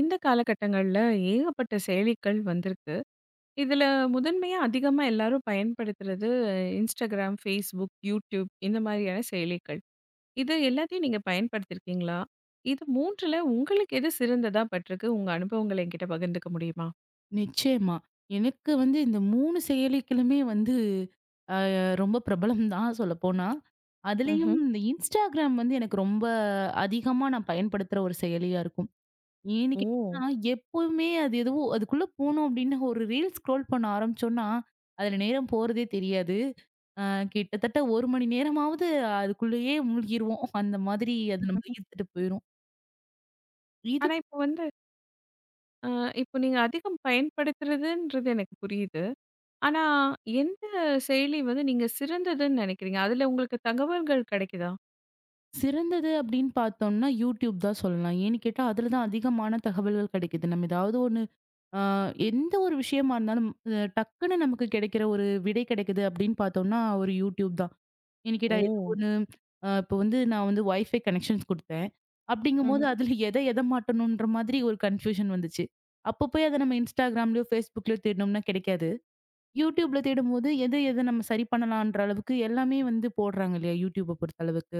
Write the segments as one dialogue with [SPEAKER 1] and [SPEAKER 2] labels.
[SPEAKER 1] இந்த காலகட்டங்கள்ல ஏகப்பட்ட செயலிகள் வந்திருக்கு. இதுல முதன்மையா அதிகமா எல்லாரும் பயன்படுத்துறது Instagram, Facebook, YouTube இந்த மாதிரியான செயலிகள். இது எல்லாத்தையும் நீங்க பயன்படுத்தியிருக்கீங்களா? இது 3ல உங்களுக்கு எது சிறந்ததா பட்டிருக்கு? உங்க அனுபவங்கள என்கிட்ட பகிர்ந்துக்க முடியுமா?
[SPEAKER 2] நிச்சயமா. எனக்கு வந்து இந்த 3 செயலிகளுமே வந்து அ ரொம்ப பிரபலம் தான் சொல்லப்போனா. அதுலயும்
[SPEAKER 1] ம்ஹ்ம்.
[SPEAKER 2] இந்த Instagram வந்து எனக்கு ரொம்ப அதிகமா நான் பயன்படுத்துற ஒரு செயலியா இருக்கும். ஏன்னு
[SPEAKER 1] ஓ!
[SPEAKER 2] கேட்டீங்கன்னா, எப்பவுமே அது எதுவோ அதுக்குள்ள போனோம் அப்டின்னா, ஒரு ரீல்ஸ் ஸ்க்ரோல் பண்ண ஆரம்பிச்சோம்னா, அதுல நேரம் போறதே தெரியாது. அ கிட்டத்தட்ட 1 மணி நேரமாவது அதுக்குள்ளேயே மூழ்கிருவோம். அந்த மாதிரி அது நம்மள ஈர்த்துட்டு போயிரும். இது
[SPEAKER 1] ஆனா, இப்போ வந்து அ இப்போ நீங்க அதிகம் பயன்படுத்துறதுன்றது எனக்கு புரியுது. ஆனா, எந்த செயலி வந்து நீங்க சிறந்ததுன்னு நினைக்கிறீங்க? அதுல உங்களுக்கு தகவல்கள் கிடைக்குதா?
[SPEAKER 2] சிறந்தது அப்படின்னு பார்த்தோம்னா, YouTube தான் சொல்லலாம். ஏன்னு கேட்டா, அதுல தான் அதிகமான தகவல்கள் கிடைக்குது. நம்ம ஏதாவது ஒண்ணு அ எந்த ஒரு விஷயமா இருந்தாலும் டக்குன்னு நமக்கு கிடைக்கிற ஒரு விடை கிடைக்குது அப்படின்னு பார்த்தோம்னா, ஒரு YouTube தான். ஏன்னு கேட்டா,
[SPEAKER 1] ஓ!
[SPEAKER 2] ஏதோ ஒண்ணு. இப்போ வந்து நான் வந்து Wi-Fi கனெக்ஷன்ஸ் குடுத்தேன். அப்படிங்கும்போது
[SPEAKER 1] ம்ஹ்ம்.
[SPEAKER 2] அதுல எத எத மாட்டணுன்ற மாதிரி ஒரு கன்ஃபியூஷன் வந்துச்சு. அப்போ போய் அத நம்ம Instagramலயோ, Facebookலயோ தேடினோம்னா கிடைக்காது. YouTubeல தேடும்போது எத எத நம்ம சரி பண்ணலான்ற அளவுக்கு எல்லாமே வந்து போடுறாங்க இல்லையா? YouTubeஅ பொறுத்த அளவுக்கு.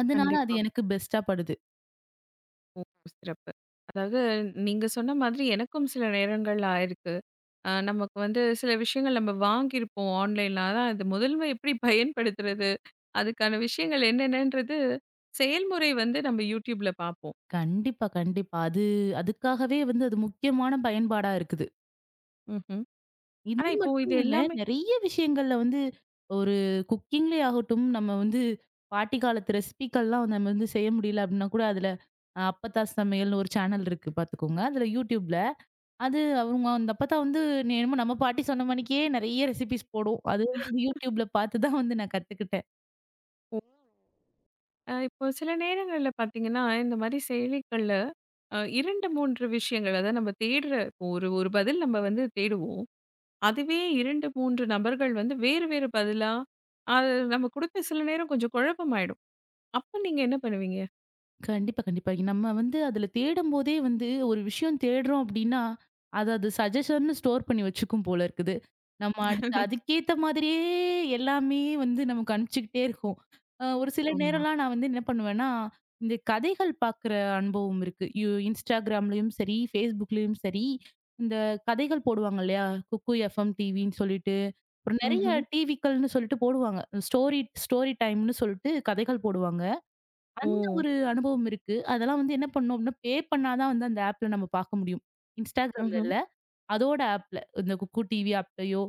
[SPEAKER 2] அதனால அது
[SPEAKER 1] கண்டிப்பா.
[SPEAKER 2] எனக்கு பெஸ்ட்டா படுது.
[SPEAKER 1] ஓ! சிறப்பு. அதாவது நீங்க சொன்ன மாதிரி எனக்கும் சில நேரங்கள்ல ஆயிருக்கு. நமக்கு வந்து சில விஷயங்கள் நம்ம வாங்கியிருப்போம் ஆன்லைன்ல. ஆனா அது முதல்ல எப்படி பயன்படுத்துறது? அதுக்கான விஷயங்கள் என்னென்னன்றது செயல்முறை வந்து நம்ம YouTubeல பார்ப்போம்.
[SPEAKER 2] கண்டிப்பா, கண்டிப்பா. அதுக்காகவே வந்து அது முக்கியமான பயன்பாடா இருக்குது.
[SPEAKER 1] ம்ஹ்ம்.
[SPEAKER 2] இது
[SPEAKER 1] ஆனா இப்போ இது
[SPEAKER 2] மட்டும் இல்ல,
[SPEAKER 1] எல்லாமே
[SPEAKER 2] நெறைய விஷயங்கள்ல வந்து ஒரு குக்கிங்லே ஆகட்டும், நம்ம வந்து பாட்டி காலத்து ரெசிபிக்கள்லாம் வந்து நம்ம வந்து செய்ய முடியல அப்டின்னா கூட, அதுல அப்பத்தா சமையல்னு ஒரு சேனல் இருக்கு பாத்துக்கோங்க. அதுல YouTubeல. அது அவங்க அந்த அப்பத்தா வந்து என்னமோ நம்ம பாட்டி சொன்ன மாணிக்கே நெறைய ரெசிபீஸ் போடும். அது வந்து YouTubeல பாத்து தான் வந்து நான் கத்துக்கிட்டேன்.
[SPEAKER 1] அ இப்போ சில நேரங்கள்ல பார்த்தீங்கன்னா, இந்த மாரி செயலிகள்ல 2, 3 விஷயங்கள் அதாவது நம்ம தேடுற இப்போ ஒரு ஒரு பதில் நம்ம வந்து தேடுவோம். அதுவே 2, 3 நபர்கள் வந்து வேறு வேறு பதிலா, அது நம்ம குடுத்த சில நேரம் கொஞ்சம் குழப்பமாயிடும். அப்ப நீங்க என்ன பண்ணுவீங்க?
[SPEAKER 2] கண்டிப்பா, கண்டிப்பா. நம்ம வந்து அதுல தேடும்போதே வந்து ஒரு விஷயம் தேடுறோம் அப்டின்னா, அது அது சஜஷன்னு ஸ்டோர் பண்ணி வச்சுக்கும் போல இருக்குது. நம்ம அடுத்து அதுக்கேத்த மாதிரியே எல்லாமே வந்து நமக்கு அனுப்பிச்சுக்கிட்டே இருக்கும். ஒரு சில
[SPEAKER 1] ஆமா.
[SPEAKER 2] நேரம்லாம் நான் வந்து என்ன பண்ணுவேன்னா, இந்த கதைகள் பார்க்குற அனுபவம் இருக்கு. Instagramலயும் சரி, Facebookலயும் சரி, இந்த கதைகள் போடுவாங்க இல்லையா? குக்கு எஃப்எம் டிவின்னு சொல்லிட்டு, அப்புறம் நெறைய
[SPEAKER 1] ம்ஹ்ம்.
[SPEAKER 2] டிவிக்கள்னு சொல்லிட்டு போடுவாங்க. ஸ்டோரி ஸ்டோரி டைம்னு சொல்லிட்டு கதைகள் போடுவாங்க.
[SPEAKER 1] ஓ!
[SPEAKER 2] அந்த ஒரு அனுபவம் இருக்கு. அதெல்லாம் வந்து என்ன பண்ணோம் அப்படின்னா, பே பண்ணா தான் வந்து அந்த ஆப்ல நம்ம பார்க்க முடியும். Instagramல
[SPEAKER 1] ம்ஹ்ம்.
[SPEAKER 2] இல்ல. அதோட ஆப்ல. இந்த குக்கூ டிவி ஆப்லயோ,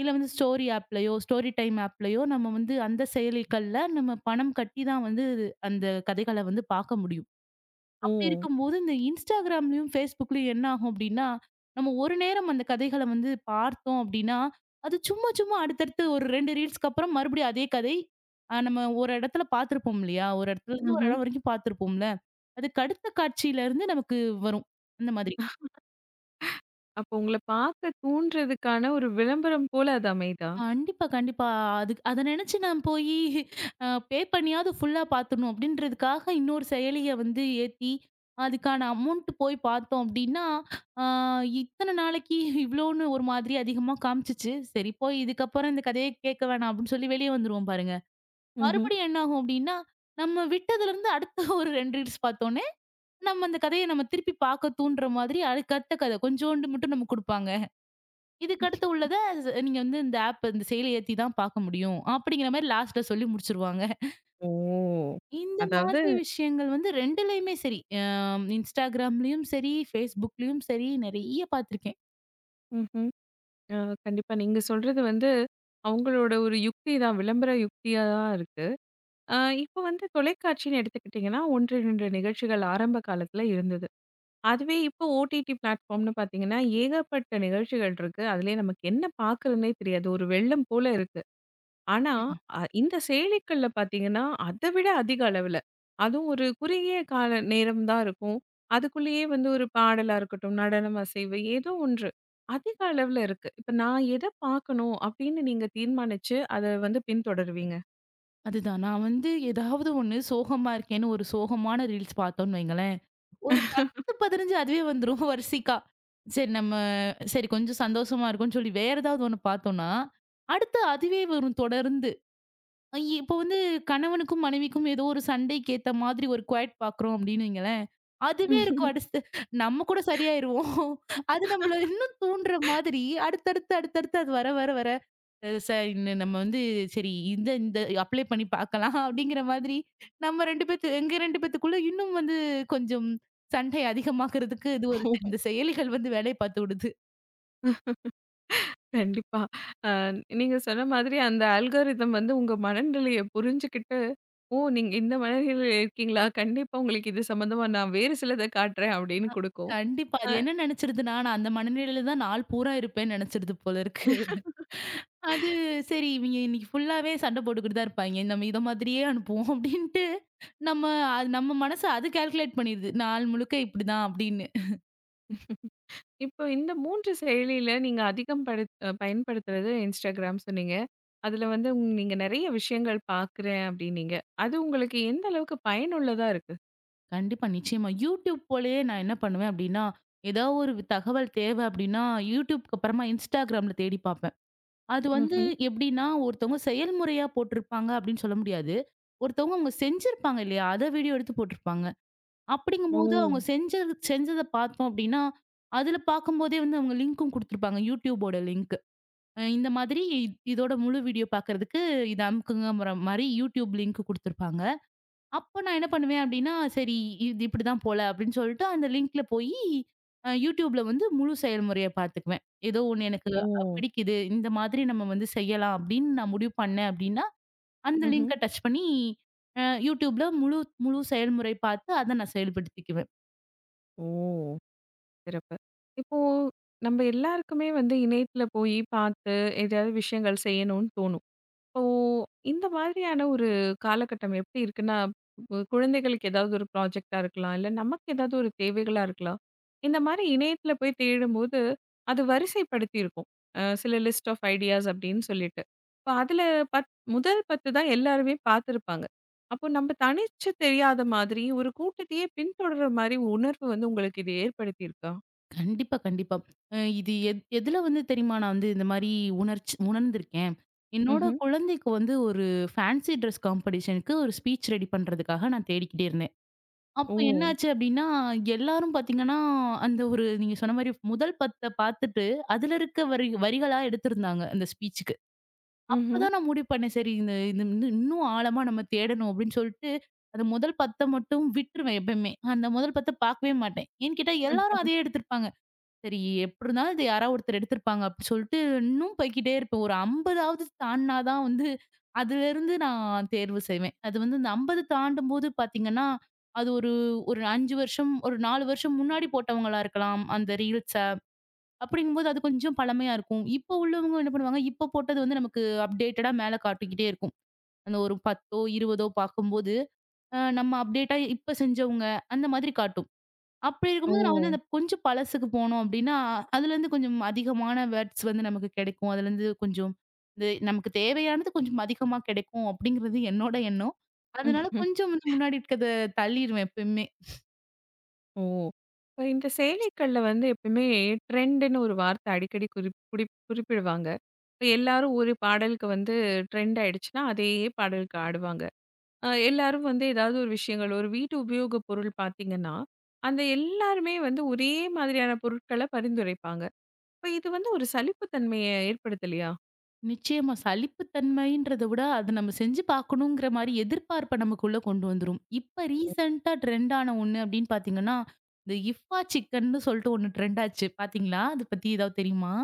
[SPEAKER 2] இல்ல வந்து ஸ்டோரி ஆப்லயோ, ஸ்டோரி டைம் ஆப்லயோ நம்ம வந்து அந்த செயலிகள்ல நம்ம பணம் கட்டி தான் வந்து அந்த கதைகள வந்து பார்க்க முடியும்.
[SPEAKER 1] ஓ!
[SPEAKER 2] அப்படி இருக்கும்போது, இந்த Instagramலயும், Facebookலயும் என்ன ஆகும் அப்படின்னா, நம்ம ஒரு நேரம் அந்த கதைகள வந்து பார்த்தோம் அப்படின்னா, அது சும்மா சும்மா அடுத்தடுத்து ஒரு 2 ரீல்ஸ்க்கு அப்புறம் மறுபடியும் அதே கதை. நம்ம ஒரு இடத்துல பார்த்துருப்போம் இல்லையா? ஒரு இடத்துலருந்து ஒரு
[SPEAKER 1] ம்ஹ்ம்.
[SPEAKER 2] இடம் வரைக்கும் பார்த்துருப்போம்ல. அதுக்கு அடுத்த காட்சியிலருந்து நமக்கு வரும். அந்த மாதிரி.
[SPEAKER 1] அப்போ உங்கள பார்க்க தூண்டுறதுக்கான ஒரு விளம்பரம் போல அது அமையுதா?
[SPEAKER 2] கண்டிப்பா, கண்டிப்பா. அத நெனச்சு நான் போயி பே பண்ணியாவது ஃபுல்லா பாத்துடணும் அப்டின்றதுக்காக இன்னொரு செயலிய வந்து ஏத்தி, அதுக்கான அமௌண்ட் போய் பாத்தோம் அப்டின்னா, ஆ இத்தன நாளைக்கு இவ்ளோன்னு ஒரு மாதிரி அதிகமா காமிச்சுச்சு. சரி போய் இதுக்கப்புறம் இந்த கதையே கேட்க வேணாம் அப்டின்னு சொல்லி வெளிய வந்துருவோம் பாருங்க.
[SPEAKER 1] ம்ஹ்ம்.
[SPEAKER 2] மறுபடியும் என்ன ஆகும் அப்டின்னா, நம்ம விட்டதுலருந்து அடுத்த ஒரு 2 ரீல்ஸ் பாத்தோனே, நம்ம அந்த கதைய நம்ம திருப்பி பாக்க தூண்டுற மாதிரி அதுக்கடுத்த கத கொஞ்சோண்டு மட்டும் நமக்கு குடுப்பாங்க. இதுக்கு அடுத்து உள்ளத நீங்க வந்து இந்த ஆப் இந்த செயலி ஏத்தி தான் பார்க்க முடியும். அப்படிங்கிற மாரி லாஸ்ட்ல சொல்லி முடிச்சுருவாங்க.
[SPEAKER 1] ஓ!
[SPEAKER 2] இந்த
[SPEAKER 1] அதாவது
[SPEAKER 2] மாதிரி விஷயங்கள் வந்து 2லயுமே சரி. Instagramலயும் சரி, Facebookலயும் சரி நெறைய பார்த்துருக்கேன்.
[SPEAKER 1] ம்ஹ்ம். அ கண்டிப்பா நீங்க சொல்றது வந்து அவங்களோட ஒரு யுக்தி தான். விளம்பர யுக்தியா தான் இருக்கு. அ இப்போ வந்து தொலைக்காட்சின்னு எடுத்துக்கிட்டிங்கன்னா, 1, 2 நிகழ்ச்சிகள் ஆரம்ப காலத்துல இருந்தது. அதுவே இப்போ ஓடிடி பிளாட்ஃபார்ம்னு பார்த்தீங்கன்னா, ஏகப்பட்ட நிகழ்ச்சிகள் இருக்கு. அதிலயே நமக்கு என்ன பார்க்குறதுன்னே தெரியாது. ஒரு வெள்ளம் போல இருக்கு. ஆனா,
[SPEAKER 2] நிச்சயமா.
[SPEAKER 1] இந்த செயலிகள்ல பார்த்தீங்கன்னா, அத விட அதிக அளவுல. அதுவும் ஒரு குறுகிய கால நேரம் தான் இருக்கும். அதுக்குள்ளேயே வந்து ஒரு பாடலா இருக்கட்டும், நடனம், அசைவு ஏதோ ஒன்று. அதிக அளவுல இருக்கு. இப்ப நான் எத பார்க்கணும் அப்படின்னு நீங்க தீர்மானிச்சு, அத வந்து பின்தொடருவீங்க?
[SPEAKER 2] அதுதான் நான் வந்து ஏதாவது ஒண்ணு சோகமா இருக்கேன்னு ஒரு சோகமான ரீல்ஸ் பார்த்தோம்னு வைங்களேன், ஒரு 10, 15 அதுவே வந்துரும் வரிசைக்கா. சரி நம்ம சரி கொஞ்சம் சந்தோஷமா இருக்கும்னு சொல்லி வேற ஏதாவது ஒண்ணு பார்த்தோம்னா, அடுத்து அதுவே வரும் தொடர்ந்து. இப்போ வந்து கணவனுக்கும், மனைவிக்கும் ஏதோ ஒரு சண்டைக்கு ஏத்த மாதிரி ஒரு குவைட் பாக்குறோம் அப்படின்னு வைங்களேன். அதுவே இருக்கும் அடுத்து. நம்ம கூட சரியாயிருவோம். அது நம்மள இன்னும் தூண்டுற மாதிரி அடுத்தடுத்து, அடுத்தடுத்து அது வர வர வர சார் நம்ம வந்து சரி இந்த இந்த அப்ளை பண்ணி பார்க்கலாம் அப்படிங்கிற மாதிரி நம்ம 2 பேத்து எங்க 2 பேத்துக்குள்ள இன்னும் வந்து கொஞ்சம் சண்டை அதிகமாக்குறதுக்கு இது ஒரு இந்த செயலிகள் வந்து வேலைய பார்த்து விடுது.
[SPEAKER 1] கண்டிப்பா. அ நீங்க சொன்ன மாதிரி அந்த அல்காரிதம் வந்து உங்க மனநிலைய புரிஞ்சுகிட்டு, "ஓ! நீங்க இந்த மனநிலையில இருக்கீங்களா? கண்டிப்பா உங்களுக்கு இது சம்மந்தமா நான் வேறு சிலத காட்டுறேன்." அப்படின்னு குடுக்கும்.
[SPEAKER 2] கண்டிப்பா.
[SPEAKER 1] அ
[SPEAKER 2] அது என்ன நினைச்சிருதுன்னா, நான் அந்த மனநிலையில தான் நாள் பூரா இருப்பேன்னு நினைச்சிருது போல இருக்கு. அது சரி இவங்க இன்னைக்கு ஃபுல்லாவே சண்டை போட்டுக்கிட்டு தான் இருப்பாய்ங்க. நம்ம இத மாதிரியே அனுப்புவோம் அப்டின்ட்டு, நம்ம அது நம்ம மனசு அது கால்குலேட் பண்ணிருது. நாள் முழுக்க இப்டிதான் அப்டின்னு.
[SPEAKER 1] இப்போ இந்த 3 செயலியில நீங்க அதிகம் படுத் அ பயன்படுத்துறது Instagram சொன்னீங்க. அதுல வந்து நீங்க நெறைய விஷயங்கள் பார்க்குறேன் அப்படின்னீங்க. அது உங்களுக்கு எந்த அளவுக்கு பயனுள்ளதா இருக்கு?
[SPEAKER 2] கண்டிப்பா, நிச்சயமா. YouTube போலயே நான் என்ன பண்ணுவேன் அப்டின்னா, ஏதோ ஒரு தகவல் தேவ அப்டின்னா, YouTubeக்கு அப்புறமா Instagramல தேடி பார்ப்பேன். அது வந்து
[SPEAKER 1] ம்ஹ்ம்.
[SPEAKER 2] எப்டின்னா, ஒருத்தவங்க செயல்முறையா போட்டிருப்பாங்க அப்டின்னு சொல்ல முடியாது. ஒருத்தவங்க அவங்க செஞ்சிருப்பாங்க இல்லையா? அத வீடியோ எடுத்து போட்டிருப்பாங்க.
[SPEAKER 1] ஓ!
[SPEAKER 2] அப்படிங்கும்போது அவங்க செஞ்சத பார்த்தோம் அப்படின்னா, அதுல பார்க்கும்போதே வந்து அவங்க லிங்க்கும் குடுத்துருப்பாங்க. YouTubeஓட லிங்க். இந்த மாதிரி இதோட முழு வீடியோ பார்க்கறதுக்கு இத அமுக்குங்கங்கிற மாரி YouTube லிங்க் குடுத்துருப்பாங்க. அப்ப நான் என்ன பண்ணுவேன் அப்படின்னா, சரி இது இப்படிதான் போல அப்படின்னு சொல்லிட்டு அந்த லிங்க்ல போயி YouTubeல வந்து முழு செயல்முறைய பார்த்துக்குவேன். ஏதோ ஒண்ணு எனக்கு
[SPEAKER 1] ஓ!
[SPEAKER 2] பிடிக்குது. இந்த மாதிரி நம்ம வந்து செய்யலாம் அப்படின்னு நான் முடிவு பண்ணேன் அப்படின்னா, அந்த
[SPEAKER 1] ம்ஹ்ம்.
[SPEAKER 2] லிங்க டச் பண்ணி YouTubeல முழு முழு செயல்முறை பார்த்து அத நான் செயல்படுத்திக்குவேன்.
[SPEAKER 1] ஓ! சிறப்பு. இப்போ நம்ம எல்லாருக்குமே வந்து இணையத்துல போய் பார்த்து ஏதாவது விஷயங்கள் செய்யணும்னு தோணும். இப்போ இந்த மாதிரியான ஒரு காலகட்டம் எப்படி இருக்குன்னா, இப்போ குழந்தைகளுக்கு ஏதாவது ஒரு ப்ராஜெக்ட்டா இருக்கலாம். இல்ல நமக்கு ஏதாவது ஒரு தேவைகளா இருக்கலாம். இந்த மாரி இணையத்துல போய் தேடும்போது அது வரிசைப்படுத்தி இருக்கும். சில லிஸ்ட் ஆஃப் ஐடியாஸ் அப்படின்னு சொல்லிட்டு. இப்போ அதுல பத் முதல் 10 தான் எல்லாருமே பார்த்துருப்பாங்க. அப்போ நம்ம தனிச்சு தெரியாத மாதிரி ஒரு கூட்டத்தையே பின்தொடர்ற மாரி உணர்வு வந்து உங்களுக்கு இது ஏற்படுத்தியிருக்கா?
[SPEAKER 2] கண்டிப்பா, கண்டிப்பா. இது எதுல வந்து தெரியுமா? நான் வந்து இந்த மாரி உணர்ச்சி உணர்ந்திருக்கேன். என்னோட
[SPEAKER 1] ம்ஹ்ம்.
[SPEAKER 2] குழந்தைக்கு வந்து ஒரு ஃபேன்சி ட்ரெஸ் காம்படிஷனுக்கு ஒரு ஸ்பீச் ரெடி பண்றதுக்காக நான் தேடிக்கிட்டே இருந்தேன்.
[SPEAKER 1] ஓ!
[SPEAKER 2] அப்போ என்னாச்சு அப்டின்னா, எல்லாரும் பார்த்தீங்கன்னா, அந்த ஒரு நீங்க சொன்ன மாரி முதல் 10 பார்த்துட்டு, அதுல இருக்க வரி வரிகளா எடுத்திருந்தாங்க அந்த ஸ்பீச்சுக்கு.
[SPEAKER 1] ம்ஹ்ம்.
[SPEAKER 2] அப்பதான் நான் முடிவு பண்ணேன். சரி இது வந்து இன்னும் ஆழமா நம்ம தேடணும் அப்டின்னு சொல்ட்டு, அந்த முதல் 10 மட்டும் விட்டுருவேன் எப்பயுமே. அந்த முதல் 10 பார்க்கவே மாட்டேன். ஏன்னு கேட்டா எல்லாரும் அதே எடுத்திருப்பாங்க. சரி எப்படி இருந்தாலும் இது யாராவது ஒருத்தர் எடுத்திருப்பாங்க அப்படி சொல்லிட்டு இன்னும் போய்க்கிட்டே இருப்பேன். ஒரு 50வது தாண்டுனா தான் வந்து அதிலிருந்து நான் தேர்வு செய்வேன். அது வந்து இந்த 50 தாண்டும்போது பார்த்தீங்கன்னா, அது ஒரு ஒரு 5 வருஷம், ஒரு 4 வருஷம் முன்னாடி போட்டவங்களா இருக்கலாம். அந்த ரீல்ஸ. அப்படிங்கும்போது அது கொஞ்சம் பழமையா இருக்கும். இப்போ உள்ளவங்க என்ன பண்ணுவாங்க, இப்போ போட்டது வந்து நமக்கு அப்டேட்டடா மேல காட்டிக்கிட்டே இருக்கும். அந்த ஒரு 10ஓ, 20ஓ பார்க்கும்போது, நம்ம அப்டேட்டா இப்ப செஞ்சவங்க அந்த மாதிரி காட்டும். அப்படி
[SPEAKER 1] ஓ!
[SPEAKER 2] இருக்கும்போது நான் வந்து அந்த கொஞ்சம் பழசுக்கு போனோம் அப்படின்னா, அதுலேருந்து கொஞ்சம் அதிகமான வேர்ட்ஸ் வந்து நமக்கு கிடைக்கும். அதுலேருந்து கொஞ்சம் இது நமக்கு தேவையானது கொஞ்சம் அதிகமா கிடைக்கும் அப்படிங்கிறது என்னோட எண்ணம். அதனால கொஞ்சம் வந்து முன்னாடி இருக்கிறத தள்ளிருவேன் எப்பயுமே.
[SPEAKER 1] ஓ! இப்ப இந்த செயலிகள்ல வந்து எப்பயுமே ட்ரெண்டுன்னு ஒரு வார்த்தை அடிக்கடி குறிப் குறிப் குறிப்பிடுவாங்க. இப்ப எல்லாரும் ஒரு பாடலுக்கு வந்து ட்ரெண்ட் ஆயிடுச்சுன்னா, அதே பாடலுக்கு ஆடுவாங்க. எல்லாரும் வந்து ஏதாவது ஒரு விஷயங்கள் ஒரு வீட்டு உபயோக பொருள் பார்த்தீங்கன்னா, அந்த எல்லாருமே வந்து ஒரே மாதிரியான பொருட்கள பரிந்துரைப்பாங்க. இப்ப இது வந்து ஒரு சலிப்பு தன்மைய ஏற்படுத்தலையா?
[SPEAKER 2] நிச்சயமா சலிப்பு தன்மைன்றத விட அத நம்ம செஞ்சு பார்க்கணுங்கிற மாரி எதிர்பார்ப்ப நமக்குள்ள கொண்டு வந்துரும். இப்ப ரீசென்ட்டா ட்ரெண்ட் ஆன ஒண்ணு அப்படின்னு பார்த்தீங்கன்னா, இந்த இஃப்பா சிக்கன்னு சொல்லிட்டு ஒண்ணு ட்ரெண்ட் ஆச்சு பார்த்தீங்களா? அத பத்தி ஏதாவது தெரியுமா?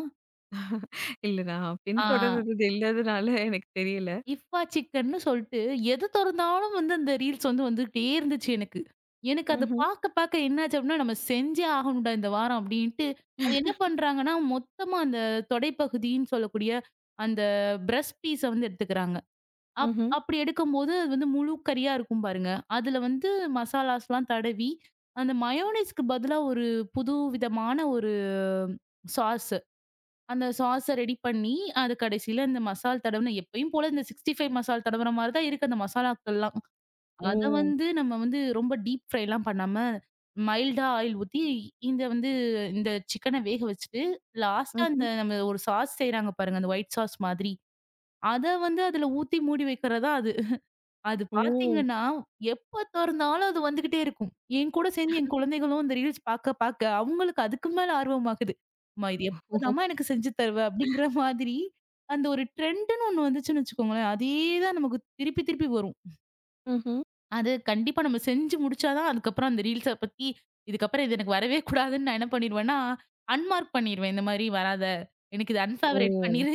[SPEAKER 1] இல்ல நான்
[SPEAKER 2] ஆ.
[SPEAKER 1] பின்தொடர்றது இல்லாதனால எனக்கு தெரியல.
[SPEAKER 2] இஃப்பா சிக்கன்னு சொல்ட்டு, எது தொறந்தாலும் வந்து அந்த ரீல்ஸ் வந்துகிட்டே இருந்துச்சு எனக்கு. எனக்கு அத
[SPEAKER 1] ம்ஹ்ம்.
[SPEAKER 2] பாக்க பாக்க என்னாச்சு அப்டின்னா, நம்ம செஞ்சே ஆகணும்டா இந்த வாரம் அப்டின்ட்டு, அது என்ன பண்றாங்கன்னா, மொத்தமா அந்த தொடைப்பகுதின்னு சொல்லக்கூடிய அந்த பிரஸ்ட் பீஸ வந்து எடுத்துக்கிறாங்க.
[SPEAKER 1] ம்ஹ்ம்.
[SPEAKER 2] அப்படி எடுக்கும்போது அது வந்து முழு கறியா இருக்கும் பாருங்க. அதுல வந்து மசாலாஸ்லாம் தடவி, அந்த மயோனைஸ்க்கு பதிலா ஒரு புது விதமான ஒரு சாஸ் அந்த சாஸ ரெடி பண்ணி, அது கடைசில இந்த மசால் தடவுன எப்பயும் போல இந்த 65 மசால் தடவுற மாரி தான் இருக்கு அந்த மசாலாக்கள்லாம். அத
[SPEAKER 1] ஓ!
[SPEAKER 2] வந்து நம்ம வந்து ரொம்ப டீப் ஃப்ரைலாம் பண்ணாம, மைல்டா ஆயில் ஊத்தி, இந்த வந்து இந்த சிக்கன வேக வச்சுட்டு, லாஸ்ட்டா
[SPEAKER 1] ம்ஹ்ம்.
[SPEAKER 2] அந்த நம்ம ஒரு சாஸ் செய்றாங்க பாருங்க, அந்த ஒயிட் சாஸ் மாதிரி. அத வந்து அதுல ஊத்தி மூடி வைக்கிறதா அது. அது
[SPEAKER 1] ஓ!
[SPEAKER 2] பார்த்தீங்கன்னா, எப்ப தொறந்தாலும் அது வந்துகிட்டே இருக்கும். என் கூட சேர்ந்து என் குழந்தைகளும் இந்த ரீல்ஸ் பார்க்க, பார்க்க அவங்களுக்கு அதுக்கு மேல ஆர்வமாகுது. அம்மா இது எப்பதாம்மா எனக்கு செஞ்சு தருவ? அப்படிங்கிற மாதிரி அந்த ஒரு ட்ரெண்டுன்னு ஒண்ணு வந்துச்சுன்னு வச்சுக்கோங்களேன், அதே தான் நமக்கு திருப்பி திருப்பி வரும்.
[SPEAKER 1] ம்ஹ்ம்.
[SPEAKER 2] அது கண்டிப்பா நம்ம செஞ்சு முடிச்சா தான் அதுக்கப்புறம் அந்த ரீல்ஸ பத்தி இதுக்கப்புறம் இது எனக்கு வரவே கூடாதுன்னு நான் என்ன பண்ணிருவேன்னா, அன்மார்க் பண்ணிருவேன். இந்த மாரி வராத. எனக்கு இது அன்ஃபேவரைட்
[SPEAKER 1] ஓ!
[SPEAKER 2] பண்ணிரு.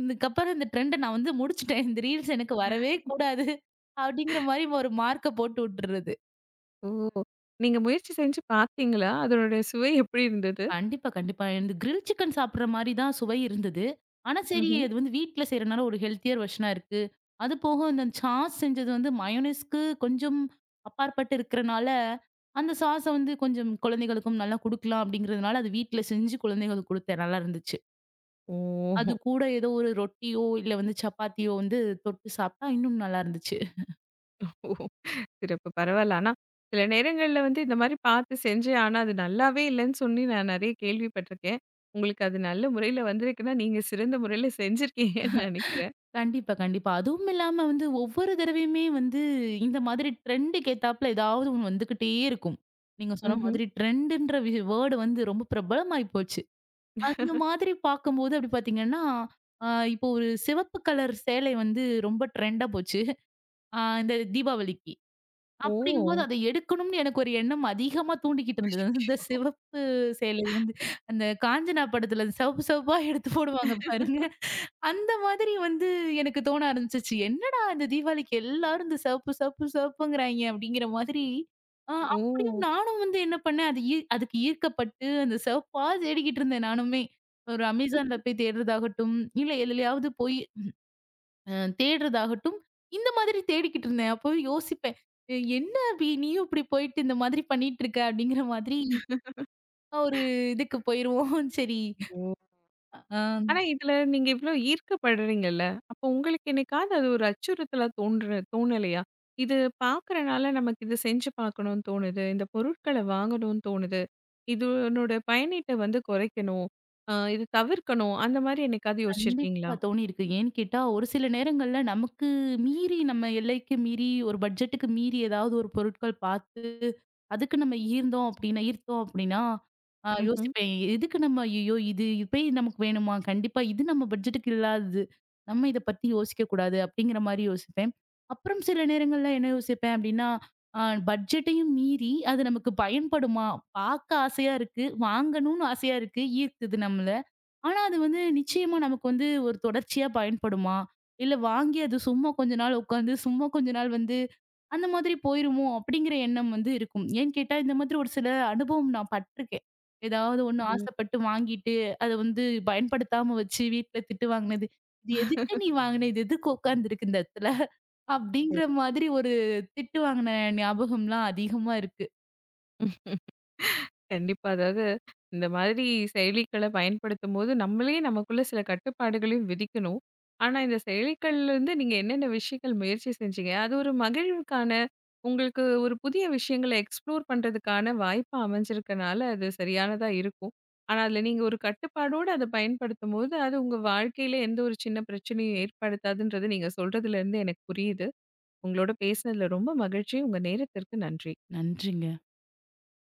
[SPEAKER 2] இதுக்கப்புறம் இந்த ட்ரெண்ட நான் வந்து முடிச்சுட்டேன். இந்த ரீல்ஸ் எனக்கு வரவே கூடாது. அப்படிங்கிற மாரி ஒரு மார்க்க போட்டு விட்டுறது.
[SPEAKER 1] ஓ! நீங்க முயற்சி செஞ்சு பார்த்தீங்களா? அதனுடைய சுவை எப்படி இருந்தது?
[SPEAKER 2] கண்டிப்பா, கண்டிப்பா. இந்த கிரில் சிக்கன் சாப்பிடுற மாரி தான் சுவை இருந்தது. ஆனா சரி,
[SPEAKER 1] ம்ஹ்ம்.
[SPEAKER 2] அது வந்து வீட்ல செய்றனால ஒரு ஹெல்த்தியர் வெர்ஷனா இருக்கு. அது போக இந்த சாஸ் செஞ்சது வந்து மயோனைஸ்க்கு கொஞ்சம் அப்பாற்பட்டு இருக்கறனால, அந்த சாஸ வந்து கொஞ்சம் குழந்தைகளுக்கும் நல்லா குடுக்கலாம் அப்படிங்கிறதுனால, அது வீட்ல செஞ்சு குழந்தைகளுக்கு குடுத்தேன். நல்லா இருந்துச்சு.
[SPEAKER 1] ஓ!
[SPEAKER 2] அது கூட ஏதோ ஒரு ரொட்டியோ, இல்ல வந்து சப்பாத்தியோ வந்து தொட்டு சாப்பிட்டா இன்னும் நல்லா இருந்துச்சு.
[SPEAKER 1] ஓ! சிறப்பு. பரவால்ல. ஆனா, சில நேரங்கள்ல வந்து இந்த மாரி பார்த்து செஞ்சேன். ஆனா, அது நல்லாவே இல்லன்னு சொல்லி நான் நெறைய கேள்விப்பட்டுருக்கேன். உங்களுக்கு அது நல்ல முறையில வந்திருக்குன்னா, நீங்க சிறந்த முறையில செஞ்சிருக்கீங்கன்னு நெனைக்கிறேன்.
[SPEAKER 2] கண்டிப்பா, கண்டிப்பா. அதுவும் இல்லாம வந்து ஒவ்வொரு தடவையுமே வந்து இந்த மாதிரி ட்ரெண்டுக்கு ஏத்தாப்புல ஏதாவது ஒண்ணு வந்துகிட்டே இருக்கும். நீங்க சொன்ன
[SPEAKER 1] ம்ஹ்ம்.
[SPEAKER 2] மாதிரி ட்ரெண்டுன்ற வேர்டு வந்து ரொம்ப பிரபலமாயி போச்சு. அந்த மாதிரி பார்க்கும்போது அப்படி பார்த்தீங்கன்னா, அ இப்போ ஒரு சிவப்பு கலர் சேலை வந்து ரொம்ப ட்ரெண்டா போச்சு. இந்த தீபாவளிக்கு. அப்படிங்கும்போது
[SPEAKER 1] ஓ!
[SPEAKER 2] அத எடுக்கணும்னு எனக்கு ஒரு எண்ணம் அதிகமா தூண்டிக்கிட்டு இருந்தது. இந்த
[SPEAKER 1] அச்சச்சோ!
[SPEAKER 2] சிவப்பு சேலை வந்து அந்த காஞ்சனா படத்துல அந்த சிவப்பு சிவப்பா எடுத்து போடுவாங்க பாருங்க. அந்த மாதிரி வந்து எனக்கு தோண ஆரம்பிச்சுச்சு. என்னடா இந்த தீபாவளிக்கு எல்லாரும் இந்த சிவப்பு சிவப்பு சிவப்புங்கிறாய்ங்க அப்படிங்கிற மாதிரி. அப்படியும்
[SPEAKER 1] ஓ!
[SPEAKER 2] நானும் வந்து என்ன பண்ணேன், அது அதுக்கு ஈர்க்கப்பட்டு அந்த சிவப்பா தேடிக்கிட்டு இருந்தேன் நானுமே. ஒரு Amazonல போய் தேடுறதாகட்டும், இல்ல எதுலயாவது போய் அ தேடுறதாகட்டும், இந்த மாதிரி தேடிக்கிட்டு இருந்தேன். அப்போ யோசிப்பேன். என்ன அபி நீயும் இப்படி போயிட்டு இந்த மாதிரி பண்ணிட்டு இருக்க?" அப்படிங்கிற மாதிரி ஒரு இதுக்கு போயிருவோம். சரி.
[SPEAKER 1] ஓ!
[SPEAKER 2] அ
[SPEAKER 1] ஆனா, இதுல நீங்க இவ்ளோ ஈர்க்கப்படுறீங்கல்ல. அப்போ உங்களுக்கு என்னைக்காவது அது ஒரு அச்சுறுத்தலா தோணலையா? இது பார்க்கறனால நமக்கு இது செஞ்சு பார்க்கணும்னு தோணுது. இந்த பொருட்கள வாங்கணும்னு தோணுது. இதனோட பயனீட்ட வந்து குறைக்கணும். இது தவிர்க்கணும். அந்த மாரி என்னைக்காவது யோசிச்சிருக்கீங்களா?
[SPEAKER 2] கண்டிப்பா தோணியிருக்கு. ஏன்னு கேட்டா, ஒரு சில நேரங்கள்ல நமக்கு மீறி நம்ம எல்லைக்கு மீறி ஒரு பட்ஜெட்டுக்கு மீறி ஏதாவது ஒரு பொருட்கள் பார்த்து, அதுக்கு நம்ம ஈர்ந்தோம் அப்டின்னா ஈர்த்தோம் அப்டின்னா,
[SPEAKER 1] ம்ஹ்ம்.
[SPEAKER 2] யோசிப்பேன். எதுக்கு நம்ம ஐய்யய்யோ! இது இப்பயே நமக்கு வேணுமா? கண்டிப்பா இது நம்ம பட்ஜெட்டுக்கு இல்லாதது. நம்ம இத பத்தி யோசிக்க கூடாது அப்டிங்கிற மாரி யோசிப்பேன். அப்புறம் சில நேரங்கள்ல என்ன யோசிப்பேன் அப்டின்னா, ஆ பட்ஜெட்டையும் மீறி அது நமக்கு பயன்படுமா? பார்க்க ஆசையா இருக்கு, வாங்கணும்னு ஆசையா இருக்கு, ஈர்க்குது நம்மள. ஆனா, அது வந்து நிச்சயமா நமக்கு வந்து ஒரு தொடர்ச்சியா பயன்படுமா? இல்ல வாங்கி அது சும்மா கொஞ்ச நாள் உட்காந்து, சும்மா கொஞ்ச நாள் வந்து அந்த மாதிரி போயிருமோ? அப்படிங்கிற எண்ணம் வந்து இருக்கும். ஏன்னு கேட்டா, இந்த மாதிரி ஒரு சில அனுபவம் நான் பட்டுருக்கேன். ஏதாவது ஒண்ணு
[SPEAKER 1] ம்.
[SPEAKER 2] ஆசைப்பட்டு வாங்கிட்டு, அத வந்து பயன்படுத்தாம வச்சு வீட்ல திட்டு வாங்கினது. "இது எதுக்கு நீ வாங்கின? இது எதுக்கு உட்காந்துருக்கு இந்த இடத்துல?" அப்படிங்கிற மாதிரி ஒரு திட்டு வாங்கின ஞாபகம்லாம் அதிகமா இருக்கு.
[SPEAKER 1] கண்டிப்பா. அதாவது இந்த மாதிரி செயலிகள பயன்படுத்தும்போது, நம்மளே நமக்குள்ள சில கட்டுப்பாடுகளையும் விதிக்கணும். ஆனா, இந்த செயலிகள்லருந்து நீங்க என்னென்ன விஷயங்கள் முயற்சி செஞ்சீங்க? அது ஒரு மகிழ்வுக்கான உங்களுக்கு ஒரு புதிய விஷயங்கள எக்ஸ்ப்ளோர் பண்றதுக்கான வாய்ப்பா அமைஞ்சிருக்கனால, அது சரியானதா இருக்கும். ஆனா, அதுல நீங்க ஒரு கட்டுப்பாடோட அத பயன்படுத்தும்போது, அது உங்க வாழ்க்கையில எந்த ஒரு சின்ன பிரச்சனையும் ஏற்படுத்தாதுன்றது நீங்க சொல்றதுலருந்து எனக்கு புரியுது. உங்களோட பேசினதுல ரொம்ப மகிழ்ச்சி. உங்க நேரத்திற்கு நன்றி.
[SPEAKER 2] நன்றிங்க.